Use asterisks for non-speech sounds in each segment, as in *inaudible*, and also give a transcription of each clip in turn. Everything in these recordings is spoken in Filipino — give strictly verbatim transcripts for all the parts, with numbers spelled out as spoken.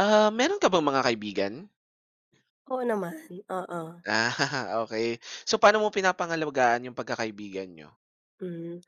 Ah, meron ka bang mga kaibigan? Oo naman, oo, Ah, *laughs* okay. So, paano mo pinapangalagaan yung pagkakaibigan niyo? mm.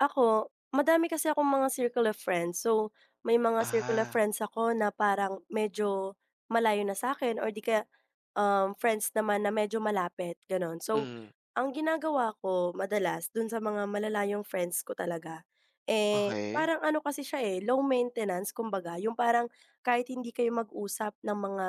Ako, madami kasi akong mga circle of friends. So, may mga circle of Ah, friends ako na parang medyo malayo na sa akin or di kaya, um, friends naman na medyo malapit, gano'n. So, mm, ang ginagawa ko madalas dun sa mga malalayong friends ko talaga, eh, okay. parang ano kasi siya, eh, low maintenance kumbaga. Yung parang kahit hindi kayo mag-usap ng mga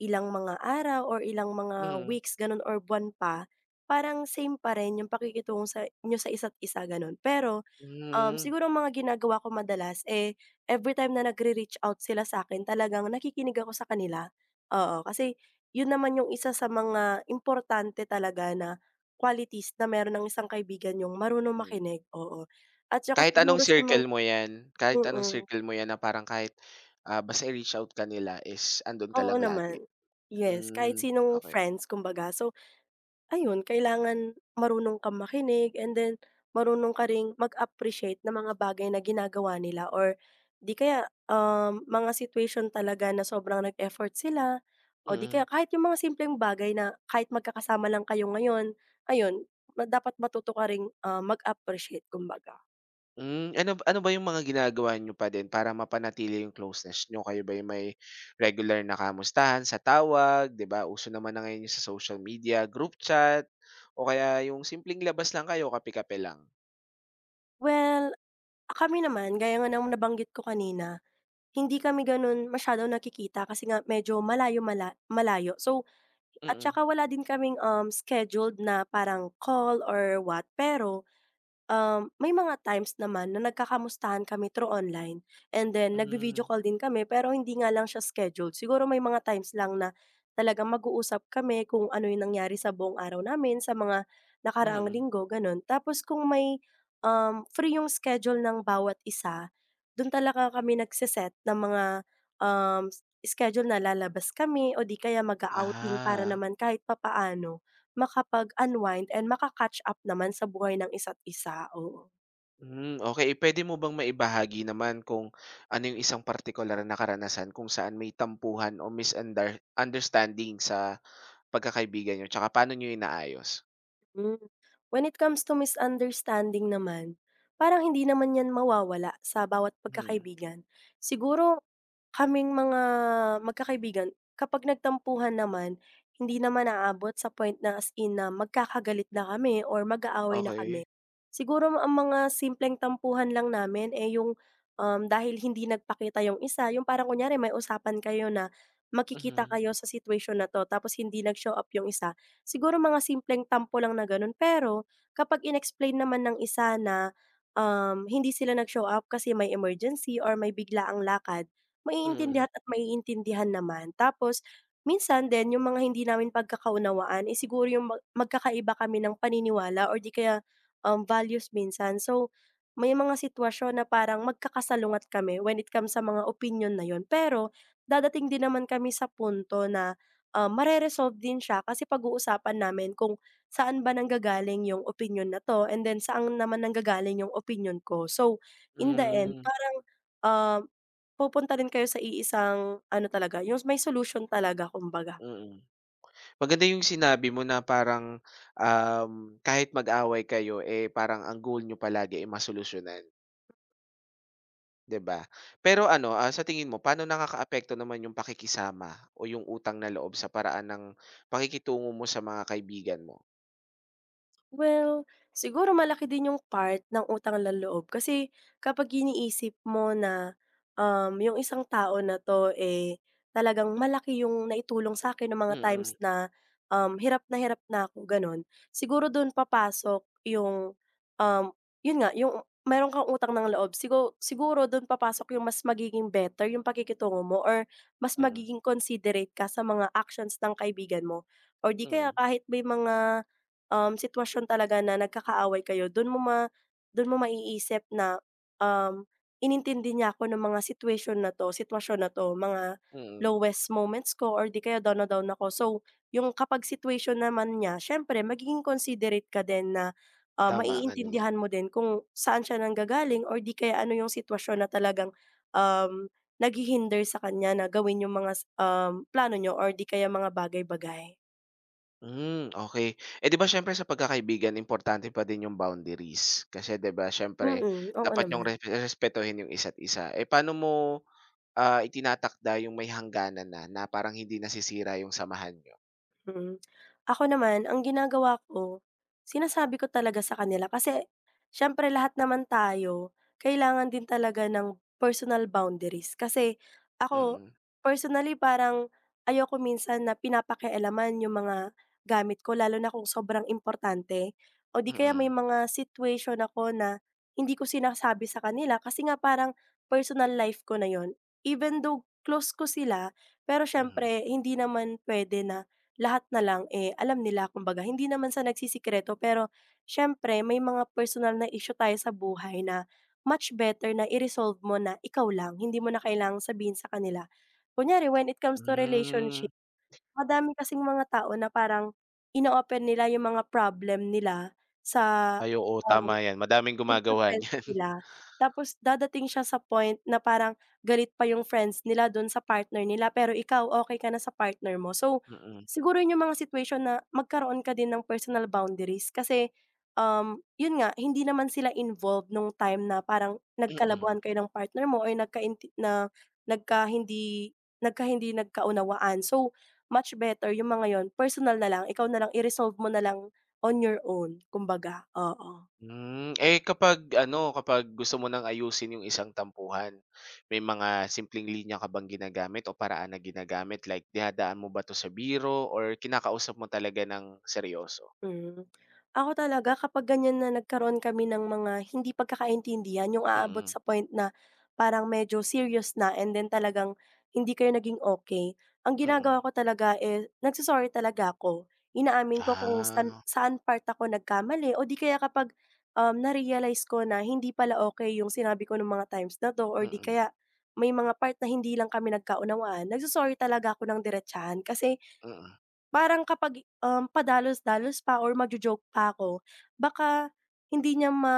ilang mga araw or ilang mga Mm, weeks, gano'n or buwan pa. Parang same pa rin yung pakikitungo sa niyo sa isa't isa gano'n. Pero, um, hmm, siguro ang mga ginagawa ko madalas, eh, every time na nagre-reach out sila sa akin talagang nakikinig ako sa kanila, oo. Kasi yun naman yung isa sa mga importante talaga na qualities na meron ng isang kaibigan yung marunong hmm. makinig, oo. At saka Kahit anong siguro sa mga. circle mo 'yan, kahit anong Mm, circle mo 'yan na parang kahit, ah, basta i-reach out ka nila is andun ka oo lang lagi? naman. Yes, Hmm, kahit sinong okay. friends kumbaga. So, ayun, kailangan marunong kang makinig and then marunong ka ring mag-appreciate ng mga bagay na ginagawa nila or di kaya, um, mga situation talaga na sobrang nag-effort sila o di Mm. kaya kahit yung mga simpleng bagay na kahit magkakasama lang kayo ngayon, ayun, ma dapat matuto ka ring, ah, mag-appreciate kumbaga. Hmm, ano ano ba yung mga ginagawa niyo pa din para mapanatili yung closeness niyo? Kayo ba'y may regular na kamustahan sa tawag, 'di ba? Uso naman na ngayon yung sa social media, group chat, o kaya yung simpleng labas lang kayo, kape-kape lang? Well, kami naman gaya nga ng nabanggit ko kanina, hindi kami gano'n masyadong nakikita kasi nga medyo malayo malayo. So, at Mm. saka wala din kaming, um, scheduled na parang call or what, pero Um, may mga times naman na nagkakamustahan kami through online and then nagvi-video Hmm, call din kami pero hindi nga lang siya scheduled. Siguro may mga times lang na talagang mag-uusap kami kung ano yung nangyari sa buong araw namin, sa mga nakaraang mm. linggo, ganun. Tapos kung may, um, free yung schedule ng bawat isa, dun talaga kami nagse-set ng mga, um, schedule na lalabas kami o di kaya mag-a-outing para Ah, naman kahit papaano makapag-unwind and maka-catch up naman sa buhay ng isa't isa, oo. hmm, okay. Puwede mo bang maibahagi naman kung ano yung isang partikular na karanasan kung saan may tampuhan o misunder understanding sa pagkakaibigan niyo, 'tsaka paano niyo inaayos? Hmm. When it comes to misunderstanding naman, parang hindi naman 'yan mawawala sa bawat Hmm, pagkakaibigan. Siguro kaming mga magkakaibigan kapag nagtampuhan naman, hindi naman naaabot sa point na as in na magkakagalit na kami or mag-aaway na kami. okay. Siguro ang mga simpleng tampuhan lang namin, eh, yung, um, dahil hindi nagpakita yung isa, yung parang kunyari may usapan kayo na makikita Mhm. kayo sa situation na 'to tapos hindi nag-show up yung isa, siguro mga simpleng tampo lang na gano'n. Pero kapag inexplain naman ng isa na, um, hindi sila nag-show up kasi may emergency or may bigla ang lakad, Mm, maiintindihan at maiintindihan naman. Tapos minsan din yung mga hindi namin pagkakaunawaan, eh, siguro yung mag magkakaiba kami ng paniniwala or di kaya, um, values minsan. So, may mga sitwasyon na parang magkakasalungat kami when it comes sa mga opinion na yon. Pero dadating din naman kami sa punto na, ah, mare din siya kasi pag-uusapan namin kung saan ba nanggagaling yung opinion na 'to and then saan naman nanggagaling yung opinion ko. So, in the end hmm, parang, ah pupunta rin kayo sa iisang ano talaga, yung may solution talaga kumbaga. mm. Maganda yung sinabi mo na parang, um, kahit mag-away kayo, eh, parang ang goal niyo palagi, eh, masolusyonan, 'di ba? Pero ano, ah, sa tingin mo paano nakakaapekto naman yung pakikisama o yung utang na loob sa paraan ng pakikitungo mo sa mga kaibigan mo? Well, siguro malaki din yung part ng utang ng loob kasi kapag iniisip mo na, um, yung isang tao na 'to, eh, talagang malaki yung naitulong sa akin nung mga Mm, times na, um, hirap na hirap na ako, gano'n. Siguro do'n papasok yung, um, 'yun nga, yung meron kang utang ng loob. Siguro siguro do'n papasok yung mas magiging better yung pakikitungo mo or mas mm, mm, magiging considerate ka sa mga actions ng kaibigan mo or 'di kaya mm, kahit may mga um, sitwasyon talaga na nagkakaaway kayo, dun mo ma dun mo maiisip na, um, inintindi niya ako ng mga situation na 'to, sitwasyon na 'to, mga mm. lowest moments ko or di kaya down na down ako. So, yung kapag situation naman niya siyempre magiging considerate ka din na, ah, Tama nga naman. maiintindihan mo din kung saan siya nanggagaling or di kaya ano yung sitwasyon na talagang, um, naghihinder sa kanya na gawin yung mga s um, plano niyo or di kaya mga bagay-bagay. Hmm, okay. Eh, 'di ba siyempre sa pagkakaibigan importante pa din yung boundaries. Kasi 'di ba siyempre Mm, oo dapat naman. niyong respe respetuhin yung isa't isa. Eh, paano mo, ah, itinatakda yung may hangganan na, na parang hindi nasisira yung samahan niyo? Mm. Ako naman, ang ginagawa ko, sinasabi ko talaga sa kanila kasi siyempre lahat naman tayo kailangan din talaga ng personal boundaries. Kasi ako, Mm, personally parang ayoko minsan na pinapakialaman yung mga gamit ko lalo na kung sobrang importante o di kaya may mm, mga situation ako na hindi ko sinasabi sa kanila kasi nga parang personal life ko na yon. Even though close ko sila, pero mhm. syempre hindi naman pwede na lahat na lang, eh, alam nila kumbaga hindi naman sa nagsisikreto pero siyempre may mga personal na issue tayo sa buhay na much better na i-resolve mo na ikaw lang, hindi mo na kailangang sabihin sa kanila. Kunyari when it comes to Hmm. relationship, madami kasing mga tao na parang ino-open nila yung mga problem nila sa, Ay oo, ah tama yan. Madaming dun sa gumagawa friends niyan. *laughs* nila, tapos dadating siya sa point na parang galit pa yung friends nila dun sa partner nila, pero ikaw okey ka na sa partner mo. So, siguro yun yung mga situation na magkaroon ka din ng personal boundaries kasi, um, yun nga hindi naman sila involved nung time na parang Mm, mm. nagkalabuan kayo ng partner mo or nagkainti na nagkahindi nagkahindi nagkaunawaan. So, much better yung mga yun personal na lang, ikaw na lang i-resolve mo na lang on your own kumbaga, oo. Hmm, eh, kapag ano, kapag gusto mo ng ayusin yung isang tampuhan, may mga simpleng linya ka bang ginagamit o paraan na ginagamit like dihadaan mo ba 'to sa biro or kinakausap mo talaga ng seryoso? Mm. Ako talaga kapag ganyan na nagkaroon kami ng mga hindi pagkakaintindihan, yung aabot Mm, sa point na parang medyo serious na and then talagang hindi kayo naging okay. Ang mm. ginagawa ko talaga, eh, nagso talaga ako. Inaamin ko kung saan Ah, saan part ako nagkamali o di kaya kapag, um, na-realize ko na hindi pala okay yung sinabi ko nung mga times na 'to or di mm, kaya may mga part na hindi lang kami nagkaunawaan, nagso talaga ako ng diretsahan kasi mm, parang kapag, um, padalos-dalos pa or magjo-joke pa ako baka hindi niya ma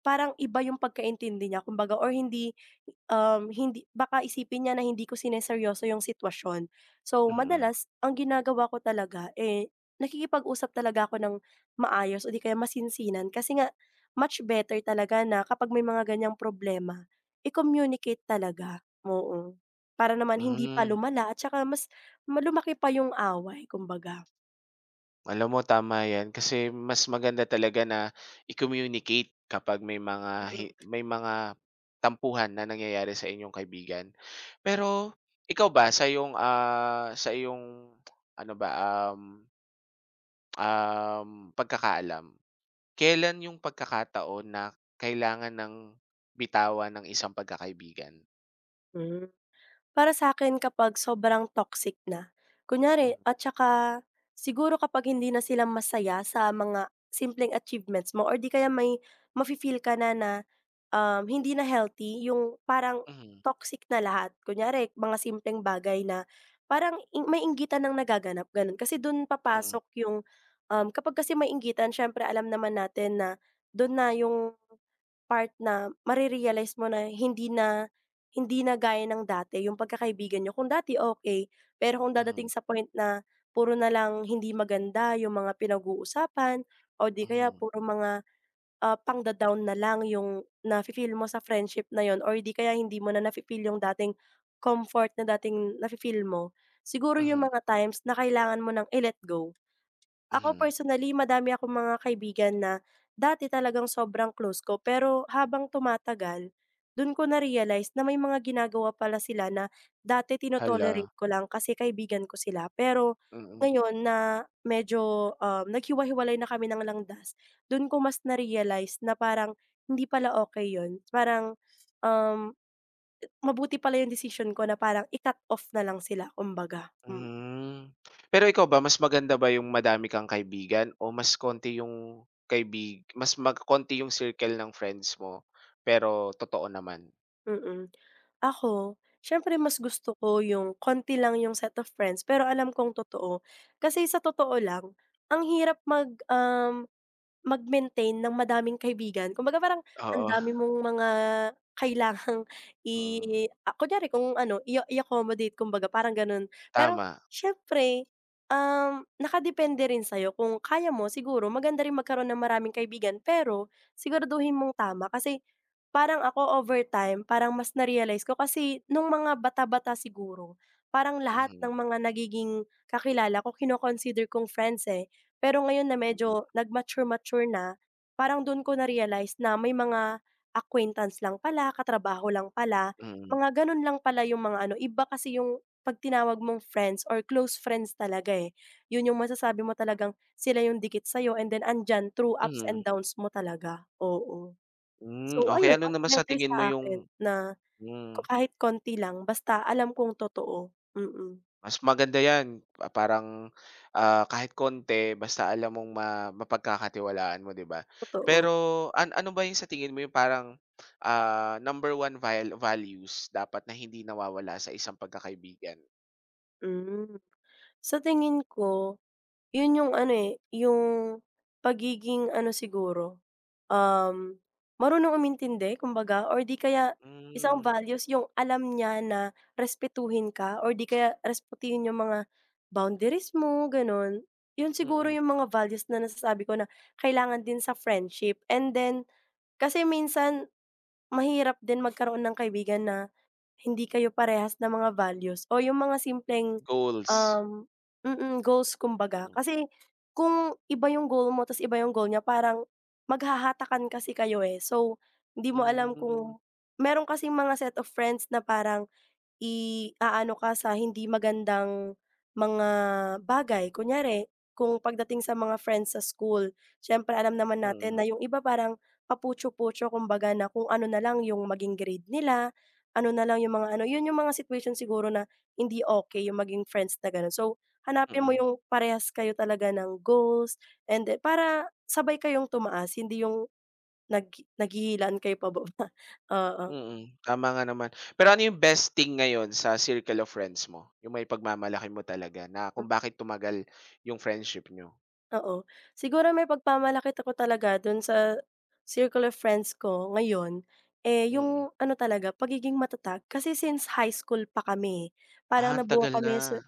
parang iba yung pagkaintindi niya kumbaga or hindi, um, hindi baka isipin niya na hindi ko sinerseryoso yung sitwasyon. So, mm. madalas ang ginagawa ko talaga, eh, nakikipag-usap talaga ako ng maayos o di kaya masinsinan kasi nga much better talaga na kapag may mga ganyang problema i-communicate talaga, oo. Para naman hindi pa Hmm. lumala at saka mas malumaki pa yung away kumbaga. Alam mo tama 'yan kasi mas maganda talaga na i-communicate kapag may mga hi may mga tampuhan na nangyayari sa inyong kaibigan. Pero ikaw ba sa iyong, ah, sa iyong ano ba, um, um, pagkakaalam, kailan yung pagkakataon na kailangan ng bitawan ng isang pagkakaibigan? Mm, hmm. Para sa'kin kapag sobrang toxic na, kunyari Hmm, at saka siguro kapag hindi na sila masaya sa mga simpleng achievements mo or di kaya may mafi-feel ka na na, um, hindi na healthy yung parang mhm, toxic na lahat. Kunyari mga simpleng bagay na parang ing may inggitan ng nagaganap gano'n. Kasi dun mm, papasok yung, um, kapag kasi may inggitan siyempre alam naman natin na dun na yung part na mare mo na hindi na hindi na gaya ng dati yung pagkakaibigan niyo. Kung dati okay pero kung mhm, dadating sa point na puro na lang hindi maganda yung mga pinag-uusapan o di kaya mhm, puro mga, ah, pang down na lang yung nafi-feel mo sa friendship na yun or di kaya hindi mo na nafi-feel yung dating comfort na dating nafi-feel mo, siguro yung mhm, mga times na kailangan mo ng i-let go. Ako mhm. personally, madami akong mga kaibigan na dati talagang sobrang close ko pero habang tumatagal, dun ko na-realize na may mga ginagawa pala sila na dati tino Hala, ko lang kasi kaibigan ko sila. Pero mm. ngayon na medyo, um, naghiwa-hiwalay na kami ng langdas dun ko mas na-realize na parang hindi pala okay yun. Parang, um, mabuti pala yung decision ko na parang i-cut off na lang sila kumbaga, hmm. Hmm. Pero ikaw ba, mas maganda ba yung madami kang kaibigan o mas konti yung kaibig mas mag konti yung circle ng friends mo, pero totoo naman? Mm. Ako, siyempre mas gusto ko yung konti lang yung set of friends pero alam kong totoo. Kasi sa totoo lang, ang hirap mag, um, Mag-maintain ng madaming kaibigan. Kumbaga parang ang Oo, dami mong mga kailangang *laughs* i mm. ah, kunyari kung ano, i i-accommodate kumbaga parang gano'n. Pero Tama, siyempre, um, nakadepende rin sa'yo kung kaya mo siguro maganda rin magkaroon ng maraming kaibigan pero siguraduhin mong tama kasi parang ako over time parang mas na-realize ko kasi nung mga bata-bata siguro, parang lahat mhm, ng mga nagiging kakilala ko kino-consider kong friends, eh. Pero ngayon na mm, medyo nag-mature-mature na, parang dun ko na-realize na may mga acquaintance lang pala, katrabaho lang pala, mm, mga ganun lang pala yung mga ano, iba kasi yung 'pag tinawag mong friends or close friends talaga, eh. Yun yung masasabi mo talagang sila yung dikit sa'yo and then andiyan through ups mhm. and downs mo talaga, oo. Hmm, So okay, ayun, ano mas naman sa better tingin mo sa akin yung na hmm. ko- kahit konti lang basta alam kong totoo, mm, Mas maganda 'yan, pa parang, ah, kahit konti basta alam mong ma mapagkakatiwalaan mo, 'di ba? totoo. Pero an ano ba 'yung sa tingin mo 'yung parang, ah, number one val values dapat na hindi nawawala sa isang pagkakaibigan? Hmm, sa tingin ko yun yung ano, eh, yung pagiging ano siguro, um, marunong umintindi kumbaga or di kaya Hmm, isang mm. values yung alam niya na respetuhin ka or di kaya respetuhin yung mga boundaries mo, gano'n. Yun siguro Mm-mm. yung mga values na nasasabi ko na kailangan din sa friendship and then kasi minsan mahirap din magkaroon ng kaibigan na hindi kayo parehas ng mga values o yung mga simpleng, Goals. um mm, goals kumbaga. Kasi kung iba yung goal mo tas iba yung goal niya parang maghahatakan kasi kayo, eh. So, hindi mo alam Hmm, kung meron kasing mga set of friends na parang i-aano ka sa hindi magandang mga bagay. Kunyari, kung pagdating sa mga friends sa school, siyempre alam naman natin mm, na yung iba parang papucho-pucho kumbaga na kung ano na lang yung maging grade nila, ano na lang yung mga ano, yun yung mga situation siguro na hindi okay yung maging friends na gano'n. So, hanapin mo mm, yung parehas kayo talaga ng goals and then para sabay kayong tumaas, hindi yung naghi naghihilaan kayo pababa, *laughs* oo. mm, tama nga naman. Pero ano 'yung best thing ngayon sa circle of friends mo? 'Yung may pagmamalaki mo talaga na kung bakit tumagal 'yung friendship nyo? Oo. Siguro may pagpamalaki ako talaga dun sa circle of friends ko ngayon, eh, Mm. yung ano talaga, pagiging matatag. Kasi since high school pa kami, eh, Ah, parang ang nabuo tagal na. kami sa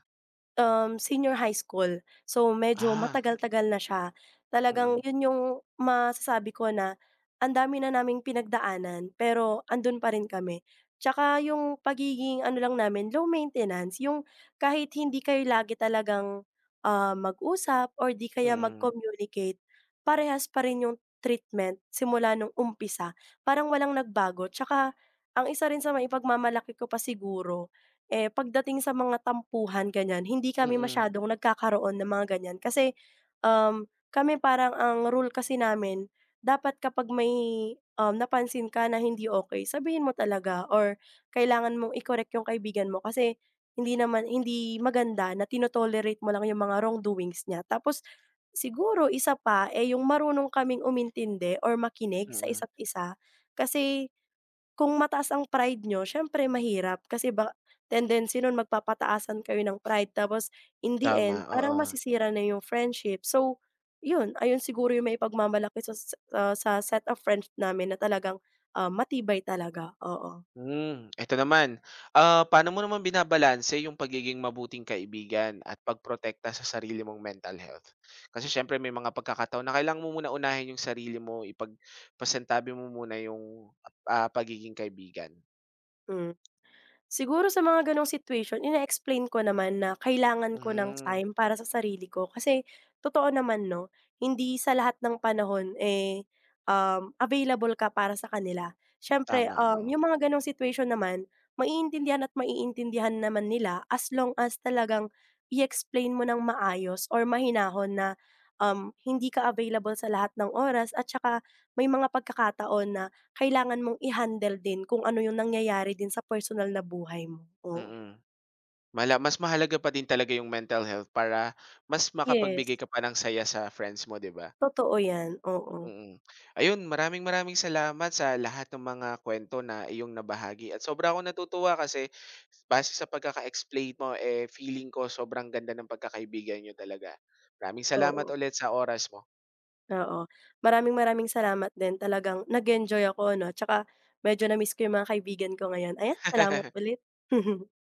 Um, senior high school. So, medyo Ah, matagal-tagal na siya. Talagang mm, yun yung masasabi ko na ang dami na naming pinagdaanan, pero andun pa rin kami. Tsaka yung pagiging ano lang namin, low maintenance, yung kahit hindi kayo lagi talagang, ah, mag-usap or di kaya mm, mag-communicate, parehas pa rin yung treatment simula nung umpisa. Parang walang nagbago. Tsaka ang isa rin sa maipagmamalaki ko pa siguro eh, pagdating sa mga tampuhan ganyan, hindi kami mm, masyadong nagkakaroon ng mga ganyan kasi, um, kami parang ang rule kasi namin dapat kapag may, um, napansin ka na hindi okey sabihin mo talaga or kailangan mong i-correct yung kaibigan mo kasi hindi naman hindi maganda na tino mo lang yung mga wrongdoings niya. Tapos siguro isa pa, eh, yung marunong kaming umintindi or makinig sa mm. isa't isa kasi kung mataas ang pride niyo siyempre mahirap kasi ba tendency nun magpapataasan kayo ng pride tapos in the Tama, end parang oo. masisira na yung friendship. So, yun, ayun siguro yung maipagmamalaki sa sa sa set of friends namin na talagang, ah, matibay talaga, oo. Hmm, eto naman, ah, paano mo naman binabalanse yung pagiging mabuting kaibigan at pagprotekta sa sarili mong mental health? Kasi siyempre may mga pagkakataon na kailangan mo muna unahin yung sarili mo, ipagpasentabi mo muna yung, ah, pagiging kaibigan. Hmm. Siguro sa mga gano'ng situation ina explain ko naman na kailangan ko ng Hmm, time para sa sarili ko kasi totoo naman 'no, hindi sa lahat ng panahon, eh, um, available ka para sa kanila. Siyempre, tama, um, oo, yung mga gano'ng situation naman maiintindihan at maiintindihan naman nila as long as talagang i-explain mo ng maayos or mahinahon na, um, hindi ka available sa lahat ng oras at saka may mga pagkakataon na kailangan mong i-handle din kung ano yung nangyayari din sa personal na buhay mo, oo. mm. Mala mas mahalaga pa din talaga yung mental health para mas makapagbigay Yes, ka pa ng saya sa friends mo, 'di ba? totoo yan, oo, Mm. Ayun, maraming-maraming salamat sa lahat ng mga kwento na iyong nabahagi at sobra akong natutuwa kasi base sa pagkaka-explain mo, eh, feeling ko sobrang ganda ng pagkakaibigan niyo talaga. Maraming oo, salamat ulit sa oras mo. oo. Maraming maraming salamat din talagang nag-enjoy ako 'no, 'tsaka medyo na-miss ko yung mga kaibigan ko ngayon. Ayan, salamat *laughs* ulit. *laughs*